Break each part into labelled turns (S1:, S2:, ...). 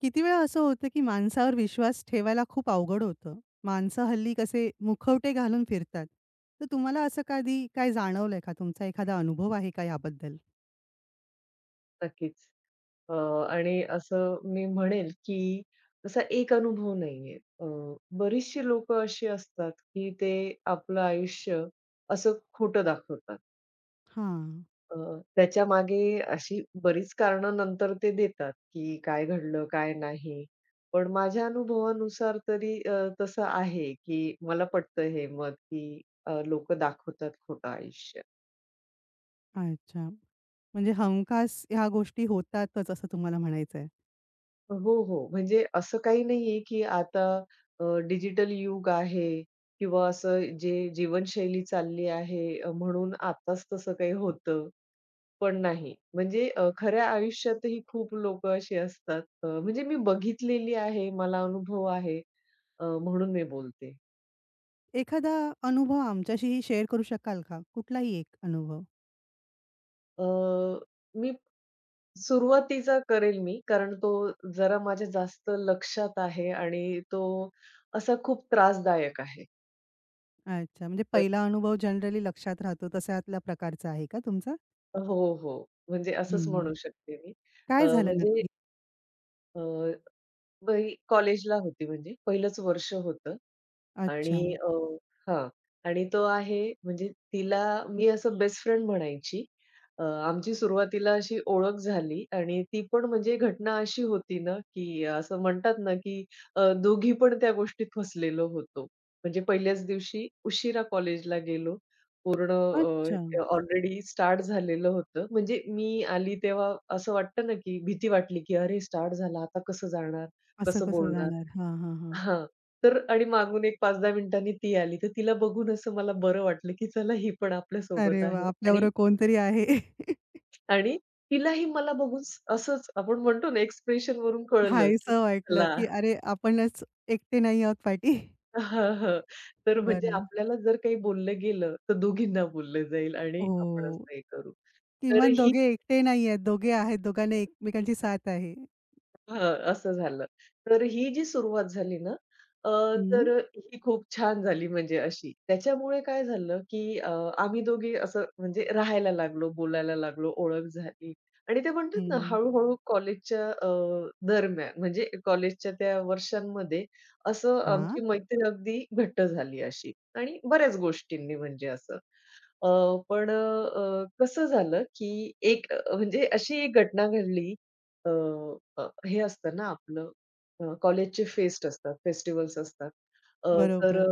S1: किती वेळा असं होतं, की माणसावर विश्वास ठेवायला खूप अवघड होतं. माणसं हल्ली कसे मुखवटे घालून फिरतात. तर तुम्हाला असं कधी काय जाणवलंय का? तुमचा एखादा अनुभव आहे का याबद्दल?
S2: नक्कीच. अ, आणि असं मी म्हणेल, की तसा एक अनुभव नाहीये. बरीचशी लोक अशी असतात, की ते आपलं आयुष्य असं खोटं दाखवतात.
S1: हां.
S2: अ, त्याच्या मागे अशी बरीच कारणं नंतर ते देतात, की काय घडलं, काय नाही. पण माझ्या अनुभवानुसार तरी तसं आहे, की मला पटतं हे मत, की अ, दाखवतात खोटं आयुष्य.
S1: अच्छा. म्हणजे हमखास ह्या गोष्टी होतातच असं तुम्हाला म्हणायचंय.
S2: हो, हो. म्हणजे असं काही नाहीये, की आता डिजिटल युग आहे किंवा असं जे जीवनशैली चालली आहे, म्हणून आताच तसं काही होतं. पण नाही. म्हणजे खऱ्या आयुष्यातही खूप लोकं अशी असतात. म्हणजे मी बघितलेली आहे, मला अनुभव आहे, म्हणून मी बोलते.
S1: एखादा अनुभव आमच्याशीही शेअर करू शकाल का? कुठलाही एक अनुभव?
S2: अ, मी सुरुवातीचा करेल मी, कारण तो जरा माझ्या जास्त लक्षात आहे आणि तो असा खूप त्रासदायक आहे.
S1: अच्छा. म्हणजे पहिला अनुभव जनरली लक्षात राहतो तशातल्या प्रकारचा आहे का तुमचा?
S2: हो, हो. म्हणजे
S1: हं,
S2: असंच
S1: हं.
S2: म्हणू शकते मी.
S1: काय झालं
S2: म्हणजे
S1: नक्की?
S2: अ, मी कॉलेजला होती म्हणजे पहिलंच वर्ष होतं.
S1: अच्छा.
S2: आणि अ, हां. आणि तो आहे म्हणजे तिला मी असं बेस्ट फ्रेंड म्हणायची. आमची सुरुवातीला अशी ओळख झाली आणि ती पण म्हणजे घटना अशी होती ना, की असं म्हणतात ना, की दोघी पण त्या गोष्टीत फसलेलो होतो. म्हणजे पहिल्याच दिवशी उशिरा कॉलेजला गेलो. पूर्ण
S1: अच्छा.
S2: ऑलरेडी स्टार्ट झालेलं होतं. म्हणजे मी आली तेव्हा असं वाटतं ना, की भीती वाटली, की "अरे स्टार्ट झाला, आता कसं जाणार?
S1: असं
S2: कसं
S1: कसं
S2: बोलणार?"
S1: जाणार? हां, हां, हां.
S2: हां. तर आणि मागून एक 5-10 मिनिटांनी ती आली. तर तिला बघून असं मला बरं वाटलं, की चला ही पण आपल्यासोबत
S1: अरे वाह!
S2: आहे आणि
S1: आपल्याबरोबर कोणतरी आहे.
S2: आणि तिलाही मला बघून असंच आपण म्हणतो ना एक्सप्रेशनवरून कळलं, की
S1: हायसं वाटलं,
S2: चला.
S1: की अरे आपणच एकटे नाही आहोत पाठी.
S2: हां, हां. तर म्हणजे
S1: बरं.
S2: आपल्याला जर काही बोललं गेलं, तर दोघींना बोललं जाईल आणि आपण
S1: हो.
S2: असं हे करू. तर
S1: किमान
S2: ही,
S1: दोघे एकटे नाही आहेत. दोघे आहेत. दोघांना एकमेकांची साथ आहे.
S2: हां, असं झालं. तर ही जी सुरुवात झाली ना, अ,
S1: हं,
S2: तर ही खूप छान झाली म्हणजे अशी. त्याच्यामुळे काय झालं, की आम्ही दोघी असं म्हणजे राहायला लागलो, बोलायला लागलो, ओळख झाली आणि ते म्हणतात ना,
S1: हं.
S2: हळू-हळू कॉलेजच्या, दरम्यान म्हणजे कॉलेजच्या त्या वर्षांमध्ये असं
S1: हां.
S2: आमची मैत्री अगदी घट्ट झाली अशी आणि बऱ्याच गोष्टींनी म्हणजे असं. अ, पण कसं झालं, की एक, म्हणजे अशी एक घटना घडली. हे असतं ना आपलं, कॉलेजचे फेस्ट असतात, फेस्टिव्हल्स असतात. अ, तर
S1: बरोबर.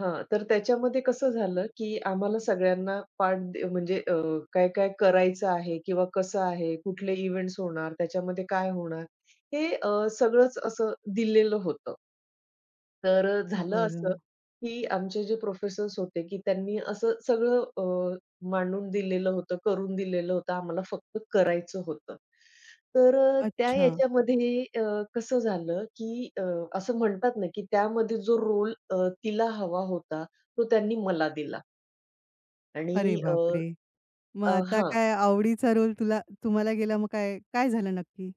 S2: हां, तर त्याच्यामध्ये कसं झालं, की आम्हाला सगळ्यांना म्हणजे काय-काय करायचं आहे किंवा कसं आहे, कुठले इव्हेंट्स होणार, त्याच्यामध्ये काय होणार, हे, सगळंच असं दिलेलं होतं. तर झालं
S1: बरं.
S2: असं, की आमचे जे प्रोफेसर्स होते, की त्यांनी असं सगळं मांडून दिलेलं होतं, करून दिलेलं होतं. आम्हाला फक्त करायचं होतं. तर त्या
S1: अच्छा.
S2: याच्यामध्ये कसं झालं, की असं म्हणतात ना, की त्यामध्ये जो रोल तिला हवा होता, तो त्यांनी मला दिला आणि
S1: अरे
S2: अ,
S1: बापरे! मग
S2: अ
S1: आता
S2: हां.
S1: काय आवडीचा रोल तुला तुम्हाला गेला मग काय काय झालं नक्की?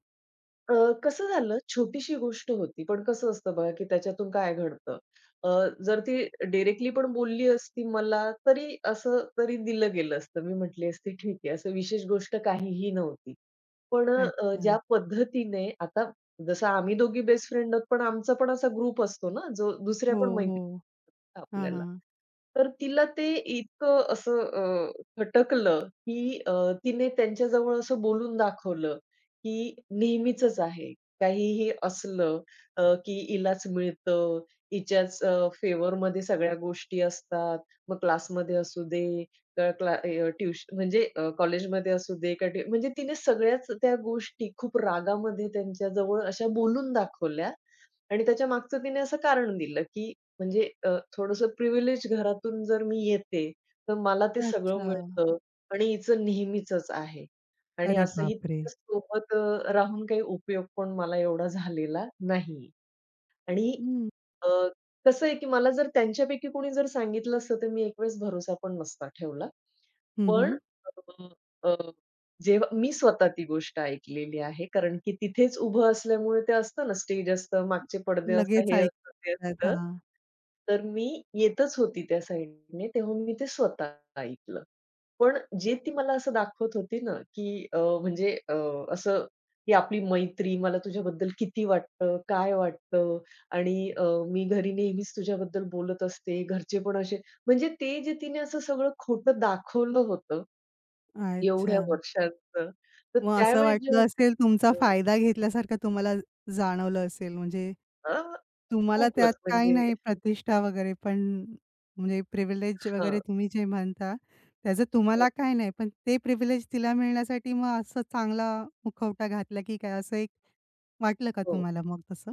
S2: अ, कसं झालं, छोटीशी गोष्ट होती, पण कसं असतं बघा, की त्याच्यातून काय घडतं. अ, जर ती डायरेक्टली पण बोलली असती मला, तरी असं तरी दिलं गेलं असतं. मी म्हटली असती, "ठीक आहे." असं विशेष गोष्ट काहीही नव्हती. पण
S1: अच्छा.
S2: ज्या पद्धतीने आता जसं आम्ही दोघी बेस्ट फ्रेंड आहोत, पण आमचा पण असा ग्रुप असतो ना, जो दुसऱ्या
S1: हो,
S2: पण
S1: हो.
S2: मैत्रिणी आहेत
S1: हां,
S2: आपल्याला.
S1: हां.
S2: तर तिला ते इतकं असं खटकलं, की तिने त्यांच्याजवळ असं बोलून दाखवलं, की नेहमीचंच आहे. काहीही असलं, की हिलाच मिळतं, हिच्याच फेवरमध्ये सगळ्या गोष्टी असतात. मग क्लासमध्ये असू दे, तर क्ला अ, ट्यूश म्हणजे कॉलेजमध्ये असू दे, म्हणजे तिने सगळ्याच त्या गोष्टी खूप रागामध्ये त्यांच्याजवळ अशा बोलून दाखवल्या आणि त्याच्यामागचं तिने असं कारण दिलं, की म्हणजे, थोडंसं प्रिव्हिलेज घरातून जर मी येते, तर मला ते
S1: अच्छा.
S2: सगळं मिळतं आणि हिचं नेहमीचंच आहे. आणि
S1: अरे
S2: असंही
S1: बापरे!
S2: तिच्या सोबत राहून काही उपयोग पण मला एवढा झालेला नाही. आणि
S1: हं.
S2: अ, कसं आहे, की मला जर त्यांच्यापैकी कोणी जर सांगितलं असतं, तर मी एक वेळेस भरोसा पण नसता ठेवला.
S1: हं, हं.
S2: पण अ, अ, जेव्हा मी स्वतः ती गोष्ट ऐकलेली आहे. कारण की तिथेच उभं असल्यामुळे ते असतं ना, स्टेज असतं, मागचे पडदे असतात,
S1: लगेच
S2: हे असतं, ते
S1: ऐकतात.
S2: असतं.
S1: हां.
S2: तर मी येतच होती त्या साईडने, तेव्हा मी ते स्वतः ऐकलं. पण जे ती मला असं दाखवत होती ना, की म्हणजे, असं, की आपली मैत्री, मला तुझ्याबद्दल किती वाटतं, काय वाटतं? आणि मी घरी नेहमीच तुझ्याबद्दल बोलत असते. घरचे पण असे म्हणजे, ते जे तिने असं सगळं खोटं दाखवलं होतं
S1: अच्छा.
S2: एवढ्या वर्षाचं, तर
S1: मग असं
S2: त्यावेळी
S1: वाटलं
S2: जेव्हा,
S1: असेल तुमचा
S2: अ,
S1: फायदा घेतल्यासारखं तुम्हाला जाणवलं असेल. म्हणजे
S2: अ,
S1: तुम्हाला त्यात
S2: खूपच
S1: काही
S2: म्हणजे
S1: नाही प्रतिष्ठा वगैरे पण म्हणजे प्रिव्हिलेज
S2: हां.
S1: वगैरे तुम्ही जे म्हणता, त्याचं
S2: हो,
S1: तुम्हाला काही नाही. पण ते प्रिव्हिलेज तिला मिळण्यासाठी मग असं चांगला मुखवटा घातला की काय असं एक वाटलं का
S2: हो.
S1: तुम्हाला मग तसं?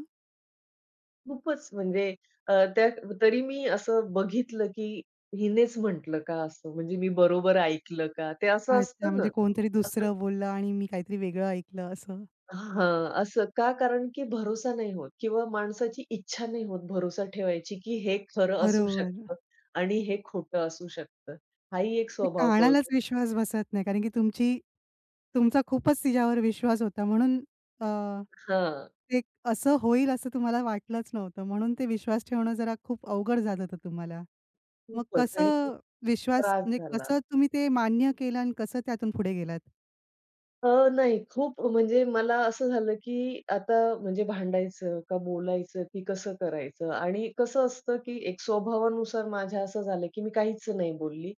S2: खूपच म्हणजे अ, त्या तरी मी असं बघितलं, की हिनेच म्हटलं का असं, म्हणजे मी बरोबर ऐकलं का? ते असं
S1: अच्छा.
S2: असतं ना.
S1: म्हणजे कोणतरी
S2: असं,
S1: दुसरं बोललं आणि मी काहीतरी वेगळं ऐकलं असं.
S2: हां, असं का? कारण की भरोसा नाही होत किंवा माणसाची इच्छा नाही होत भरोसा ठेवायची, की हे खरं असू
S1: बरोबर.
S2: शकतं आणि हे खोटं असू शकतं. हाही एक
S1: ते
S2: स्वभाव
S1: कानालाच
S2: कळतो.
S1: विश्वास बसत नाही. कारण की तुमचा खूपच तिच्यावर विश्वास होता म्हणून अ,
S2: हां,
S1: ते असं होईल असं तुम्हाला वाटलंच नव्हतं. म्हणून ते विश्वास ठेवणं जरा खूप अवघड झालं होतं तुम्हाला. मग
S2: खूपच आणि खूप
S1: कसं विश्वास
S2: त्रास
S1: म्हणजे
S2: झाला.
S1: कसं तुम्ही ते मान्य केलं आणि कसं त्यातून पुढे गेलात?
S2: अ, नाही, खूप म्हणजे मला असं झालं, की आता म्हणजे भांडायचं का बोलायचं, की कसं करायचं? आणि कसं असतं, की एक स्वभावानुसार माझ्या असं झालं, की मी काहीच नाही बोलली.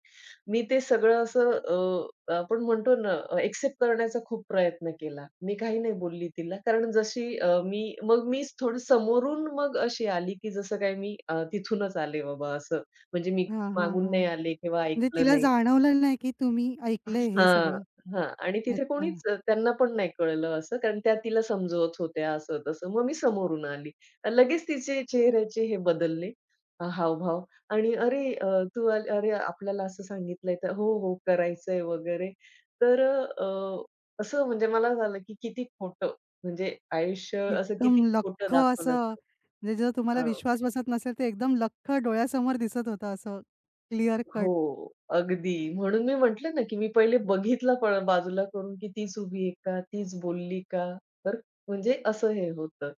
S2: मी ते सगळं असं, आपण म्हणतो ना, एक्सेप्ट करण्याचा खूप प्रयत्न केला. मी काही नाही बोलली तिला. कारण जशी मी, मग मीच थोडं समोरून मग अशी आली, की जसं काय मी तिथूनच आले बाबा असं. म्हणजे मी
S1: हां, हां,
S2: मागून
S1: हां.
S2: नाही आले किंवा
S1: म्हणजे
S2: ऐकलं
S1: तिला
S2: नाही.
S1: जाणवलं नाही की तुम्ही ऐकलंय हे
S2: हां,
S1: सगळं?
S2: हां. आणि तिथे
S1: अच्छा.
S2: कोणीच त्यांना पण नाही कळलं असं, कारण त्या तिला समजवत होत्या असं-तसं. मग मी समोरून आली. लगेच तिचे चेहऱ्याचे हे बदलले, हावभाव, आणि "अरे, तू आली, अरे आपल्याला असं सांगितलंय तर", "हो, हो, करायचंय" वगैरे. तर अ, असं म्हणजे मला झालं, की किती खोटं, म्हणजे आयुष्य असं किती
S1: एकदम
S2: खोटं
S1: लख्ख
S2: दाखवलं.
S1: असं म्हणजे जर तुम्हाला
S2: हां.
S1: विश्वास बसत नसेल, तर एकदम लख्ख डोळ्यासमोर दिसत होतं असं क्लिअर कट.
S2: हो, अगदी. म्हणून मी म्हटलं ना, की मी पहिले बघितलं पण बाजूला करून, की तीच उभी आहे का? तीच बोलली का? तर म्हणजे असं हे होतं.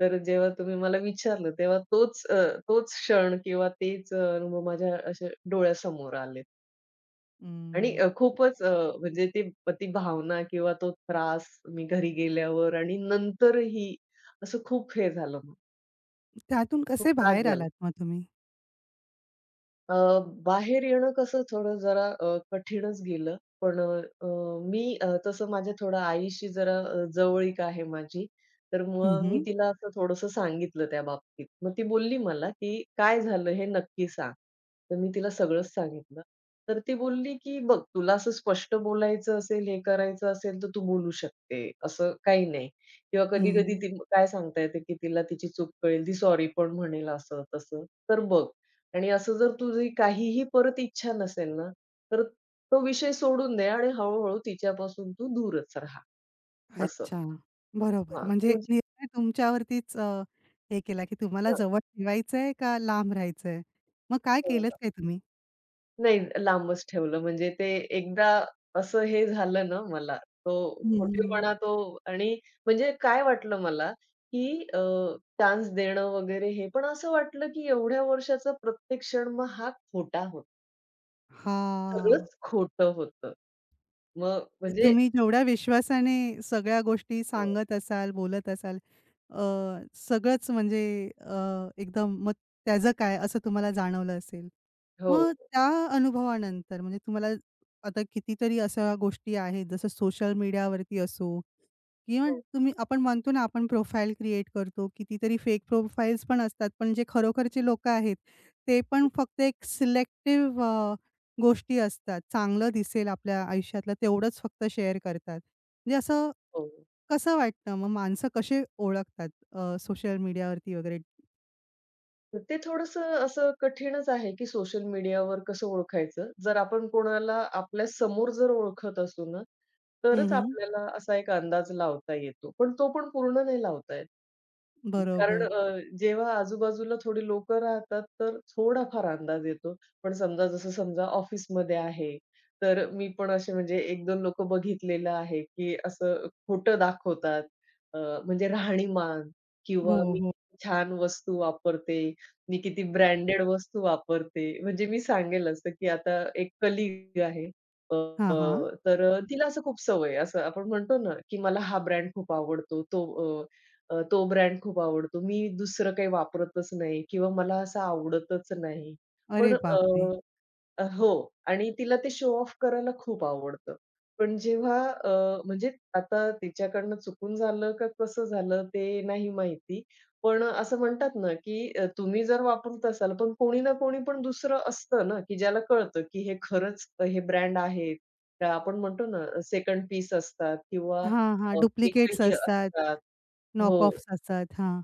S2: तर जेव्हा तुम्ही मला विचारलं, तेव्हा तोच, तोच क्षण किंवा तेच, अनुभव माझ्या असे डोळ्यासमोर आले. आणि
S1: हम्म.
S2: खूपच, म्हणजे ती ती भावना किंवा तो त्रास मी घरी गेल्यावर आणि नंतरही असं खूप हे झालं. मला
S1: त्यातून
S2: खूप
S1: कसे
S2: त्रास
S1: बाहेर
S2: झाला.
S1: आलात मग तुम्ही?
S2: अ, बाहेर येणं कसं थोडं जरा कठीणच गेलं. पण अ, अ, मी तसं माझ्या थोडं आईशी जरा जवळीक आहे माझी. तर
S1: हं,
S2: मग मी
S1: हं.
S2: तिला असं थोडंसं सांगितलं त्या बाबतीत. मग ती बोलली मला, की "काय झालं हे नक्की सांग." तर मी तिला सगळंच सांगितलं. तर ती बोलली, की "बघ, तुला असं स्पष्ट बोलायचं असेल, हे करायचं असेल तर तू बोलू शकते. असं काही नाही." किंवा
S1: हं,
S2: कधी-कधी
S1: हं.
S2: ती काय सांगता येते, की तिला तिची चूक कळेल, ती सॉरी पण म्हणेल असं-तसं. "तर बघ, आणि असं जर तुझी काहीही परत इच्छा नसेल ना, तर तो विषय सोडून दे आणि हळू-हळू तिच्यापासून तू दूरच राहा असं.
S1: अच्छा. बरोबर.
S2: हां,
S1: म्हणजे
S2: म्हणजे
S1: निर्णय तुमच्यावरतीच हे केला, की तुम्हाला
S2: हां,
S1: जवळ ठेवायचंय का लांब राहायचंय? मग काय
S2: हां,
S1: केलंत
S2: हां.
S1: काय तुम्ही?
S2: नाही, लांबच ठेवलं म्हणजे ते. एकदा असं हे झालं ना मला, तो
S1: हं, हं.
S2: खोटेपणा, तो, आणि म्हणजे काय वाटलं मला, की अ, चान्स देणं वगैरे हे पण असं वाटलं, की एवढ्या वर्षाचा प्रत्येक क्षण मग हा खोटा होता.
S1: हां.
S2: सगळंच खोटं होतं. मग म्हणजे
S1: तुम्ही जेवढ्या विश्वासाने सगळ्या गोष्टी
S2: हो,
S1: सांगत असाल, बोलत असाल, अ, सगळंच म्हणजे एकदम मग त्याचं काय असं तुम्हाला जाणवलं असेल.
S2: हो,
S1: मग त्या अनुभवानंतर म्हणजे तुम्हाला आता कितीतरी अशा गोष्टी आहेत जसं सोशल मीडियावरती असो किंवा
S2: हो,
S1: तुम्ही आपण म्हणतो ना, आपण प्रोफाईल क्रिएट करतो. कितीतरी फेक प्रोफाइल्स पण असतात, पण जे खरोखरचे लोकं आहेत, ते पण फक्त एक सिलेक्टिव्ह गोष्टी असतात. चांगलं दिसेल आपल्या आयुष्यातलं तेवढंच फक्त शेअर करतात. म्हणजे असं
S2: हो.
S1: कसं वाटतं मग माणसं कसे ओळखतात सोशल मीडियावरती वगैरे?
S2: ते थोडंसं असं कठीणच आहे, की सोशल मीडियावर कसं ओळखायचं? जर आपण कोणाला आपल्या समोर जर ओळखत असू ना,
S1: हं,
S2: तरच
S1: हं.
S2: आपल्याला असा एक अंदाज लावता येतो. पण तो पण पूर्ण नाही लावता येत. कारण
S1: बरोबर.
S2: जेव्हा आजूबाजूला थोडी लोकं राहतात, तर थोडाफार अंदाज येतो. पण समजा जसं समजा ऑफिसमध्ये आहे, तर मी पण असे म्हणजे 1-2 लोकं बघितलेलं आहे, की असं खोटं दाखवतात. अ, म्हणजे राहणीमान,
S1: हो,
S2: किंवा मी
S1: हो.
S2: किती छान वस्तू वापरते, मी किती ब्रँडेड वस्तू वापरते. म्हणजे मी सांगेल असं, की आता एक कलीग आहे. अ,
S1: हां, हां.
S2: तर तिला असं खूप सवय आहे. असं आपण म्हणतो ना, की मला हा ब्रँड खूप आवडतो. अ, तो ब्रँड खूप आवडतो. मी दुसरं काही वापरतच नाही किंवा मला असं आवडतच नाही.
S1: अरे
S2: पण अ
S1: बापरे!
S2: अ, हो. आणि तिला ते शो ऑफ करायला खूप आवडतं. पण जेव्हा, म्हणजे आता तिच्याकडनं चुकून झालं का कसं झालं ते नाही माहिती. पण असं म्हणतात ना, की तुम्ही जर वापरत असाल, पण कोणी ना कोणी पण दुसरं असतं ना, की ज्याला कळतं, की हे खरंच हे ब्रँड आहेत. तर आपण म्हणतो ना, सेकंड पीस असतात किंवा,
S1: हां, हां. डुप्लिकेट्स
S2: फेकही
S1: असतात,
S2: असतात.
S1: नॉक
S2: हो.
S1: ऑफ्स असतात. हां.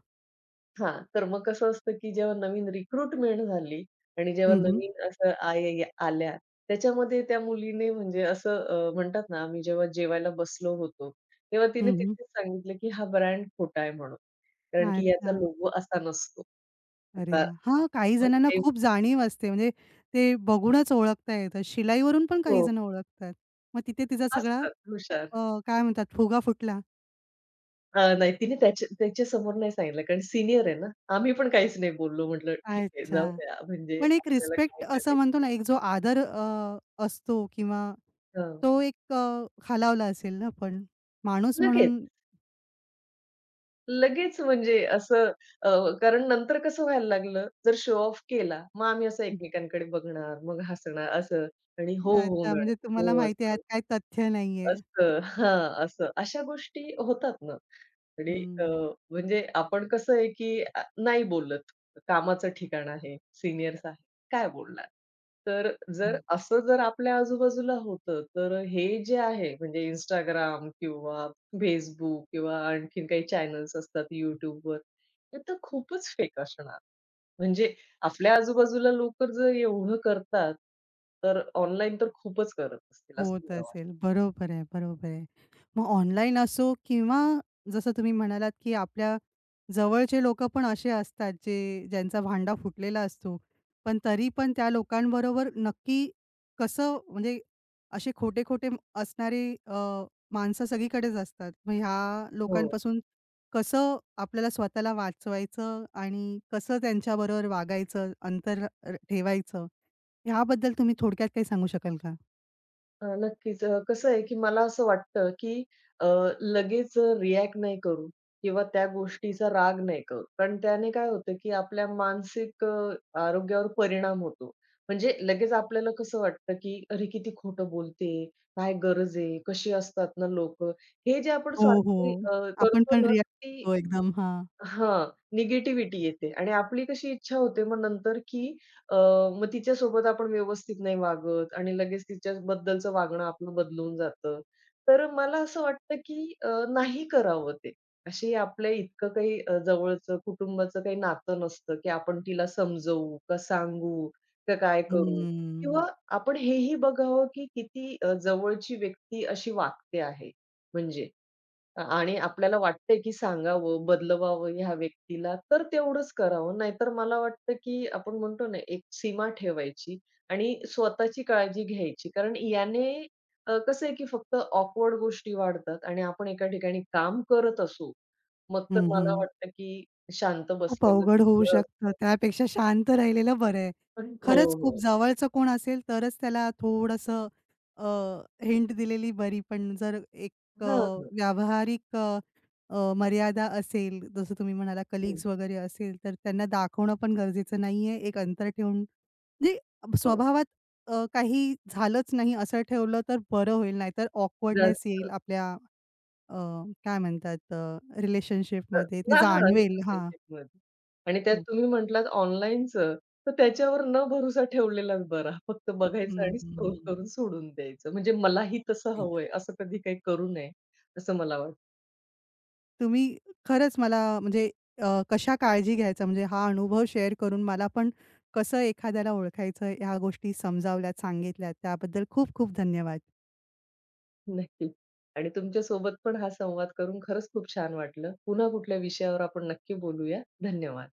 S2: हां, तर मग कसं असतं, की जेव्हा नवीन रिक्रुटमेंट झाली आणि जेव्हा
S1: हं, हं.
S2: नवीन असं आय आल्या, त्याच्यामध्ये त्या मुलीने म्हणजे असं, म्हणतात ना, आम्ही जेव्हा जेवायला बसलो होतो, तेव्हा तिने
S1: हं, हं.
S2: तिथेच सांगितलं, की हा ब्रँड खोटा आहे म्हणून. कारण की
S1: अच्छा.
S2: याचा लोगो असा नसतो.
S1: अरे
S2: आता
S1: वाह! हां, काही
S2: मला
S1: जणांना
S2: काही,
S1: खूप जाणीव असते. म्हणजे ते बघूनच ओळखता येतं. शिलाईवरून पण काही
S2: हो,
S1: जण ओळखतात. मग तिथे तिचा सगळा
S2: असतात हुशार.
S1: अ, काय म्हणतात फुगा फुटला.
S2: नाही, तिने त्याच्या त्याच्यासमोर नाही सांगितलं, कारण सीनियर आहे ना. आम्ही पण काहीच नाही बोललो. म्हटलं, "ठीक आहे, जाऊ
S1: अच्छा.
S2: द्या, म्हणजे
S1: पण एक
S2: आपल्याला
S1: रिस्पेक्ट
S2: काय
S1: असं म्हणतो
S2: करायचंय."
S1: ना, एक जो आदर असतो किंवा
S2: हं,
S1: तो एक खालावला असेल ना पण. माणूस
S2: लगेच.
S1: म्हणून
S2: लगेच म्हणजे असं, अ, कारण नंतर कसं व्हायला लागलं, जर शो ऑफ केला, मग आम्ही असं एकमेकांकडे बघणार, मग हसणार असं आणि "हो, हो
S1: अच्छा
S2: मॅडम,
S1: म्हणजे तुम्हाला
S2: हो"
S1: माहिती आहे यात
S2: असं.
S1: काही तथ्य नाहीये.
S2: असं, हां, असं. अशा गोष्टी होतात ना. आणि अ,
S1: हं.
S2: म्हणजे आपण कसं आहे, की नाही बोलत. कामाचं ठिकाण आहे, सीनियर्स आहेत, काय बोलणार? तर जर असं जर आपल्या आजूबाजूला होतं, तर हे जे आहे म्हणजे Instagram किंवा Facebook किंवा आणखीन काही चॅनल्स असतात YouTubeवर, ते तर खूपच फेक असणार. म्हणजे आपल्या आजूबाजूला लोकं जर एवढं करतात, तर ऑनलाईन तर खूपच करत असतील असं
S1: होत
S2: मला वाटतं.
S1: असेल. बरोबर आहे, बरोबर आहे. मग ऑनलाईन असो किंवा जसं तुम्ही म्हणालात, की आपल्या जवळचे लोकं पण असे असतात, जे ज्यांचा भांडा फुटलेला असतो. पण तरी पण त्या लोकांबरोबर नक्की कसं म्हणजे असे खोटे-खोटे असणारे माणसं सगळीकडेच असतात. मग ह्या
S2: हो.
S1: लोकांपासून कसं आपल्याला स्वतःला वाचवायचं आणि कसं त्यांच्याबरोबर वागायचं, अंतर ठेवायचं, ह्याबद्दल तुम्ही थोडक्यात काही सांगू शकाल का?
S2: नक्कीच. कसं आहे, की मला असं वाटतं, की अ, लगेच रिॲक्ट नाही करू किंवा त्या गोष्टीचा राग नाही करू. कारण त्याने काय होतं, की आपल्या मानसिक, आरोग्यावर परिणाम होतो. म्हणजे लगेच आपल्याला कसं वाटतं, की "अरे, किती खोटं बोलते, काय गरज आहे, कशी असतात ना लोकं." हे जे आपण
S1: हो, हो.
S2: सारखी,
S1: आपण
S2: करतो
S1: पण
S2: ना,
S1: रिॲक्ट
S2: ती,
S1: करतो एकदम. हां.
S2: हां, निगेटिव्हिटी येते आणि आपली कशी इच्छा होते मग नंतर, की अ, मग तिच्यासोबत आपण व्यवस्थित नाही वागत आणि लगेच तिच्याबद्दलचं वागणं आपलं बदलून जातं. तर मला असं वाटतं, की नाही करावं ते. अशी आपल्या इतकं काही जवळचं कुटुंबाचं काही नातं नसतं, की आपण तिला समजवू का सांगू का काय करू,
S1: हं.
S2: किंवा आपण हेही बघावं, की किती जवळची व्यक्ती अशी वागते आहे, म्हणजे. आणि आपल्याला वाटतंय की सांगावं, बदलवावं ह्या व्यक्तीला, तर तेवढंच करावं. नाहीतर मला वाटतं की आपण म्हणतो ना, एक सीमा ठेवायची आणि स्वतःची काळजी घ्यायची. कारण याने, कसं आहे की फक्त ऑकवर्ड गोष्टी वाढतात आणि आपण एका ठिकाणी काम करत असू, मग तर
S1: हं,
S2: मला
S1: हं.
S2: वाटतं की शांत
S1: खूप
S2: बसलेलं
S1: अवघड होऊ
S2: बरं
S1: शकतं.
S2: असतं.
S1: त्यापेक्षा शांत राहिलेलं बरं आहे.
S2: हो,
S1: खरंच खूप
S2: हो.
S1: जवळचं कोण असेल तरच त्याला थोडंसं अ, हिंट दिलेली बरी. पण जर एक अ,
S2: हां, हां.
S1: व्यावहारिक अ, अ, मर्यादा असेल, जसं तुम्ही म्हणाला
S2: हं.
S1: कलीग्स वगैरे असेल, तर त्यांना दाखवणं पण गरजेचं नाहीये. एक अंतर ठेवून म्हणजे
S2: हो.
S1: स्वभावात काही झालंच नाही असं ठेवलं तर बरं होईल. नाहीतर ऑकवर्डनेस
S2: जास्त.
S1: येईल आपल्या अ, काय म्हणतात
S2: अ,
S1: रिलेशनशिपमध्ये ते
S2: हां, हां.
S1: जाणवेल हां.
S2: रिलेशनशिपमध्ये, आणि त्यात
S1: खूप.
S2: तुम्ही म्हटलात ऑनलाईनचं, तर त्याच्यावर न भरोसा ठेवलेलाच बरा. फक्त
S1: हं,
S2: बघायचं आणि
S1: हं.
S2: स्क्रोल
S1: हं.
S2: करून सोडून द्यायचं. म्हणजे मलाही तसं
S1: तेच.
S2: हवंय, असं कधी काही करू नये, असं मला वाटतं.
S1: तुम्ही खरंच मला म्हणजे कशा काळजी घ्यायचा म्हणजे हा अनुभव शेअर करून मला पण कसं एखाद्याला ओळखायचं ह्या गोष्टी समजावल्यात, सांगितल्यात त्याबद्दल खूप खूप धन्यवाद.
S2: नक्की. आणि तुमच्यासोबत पण हा संवाद करून खरंच खूप छान वाटलं. पुन्हा कुठल्या विषयावर आपण नक्की बोलूया. धन्यवाद.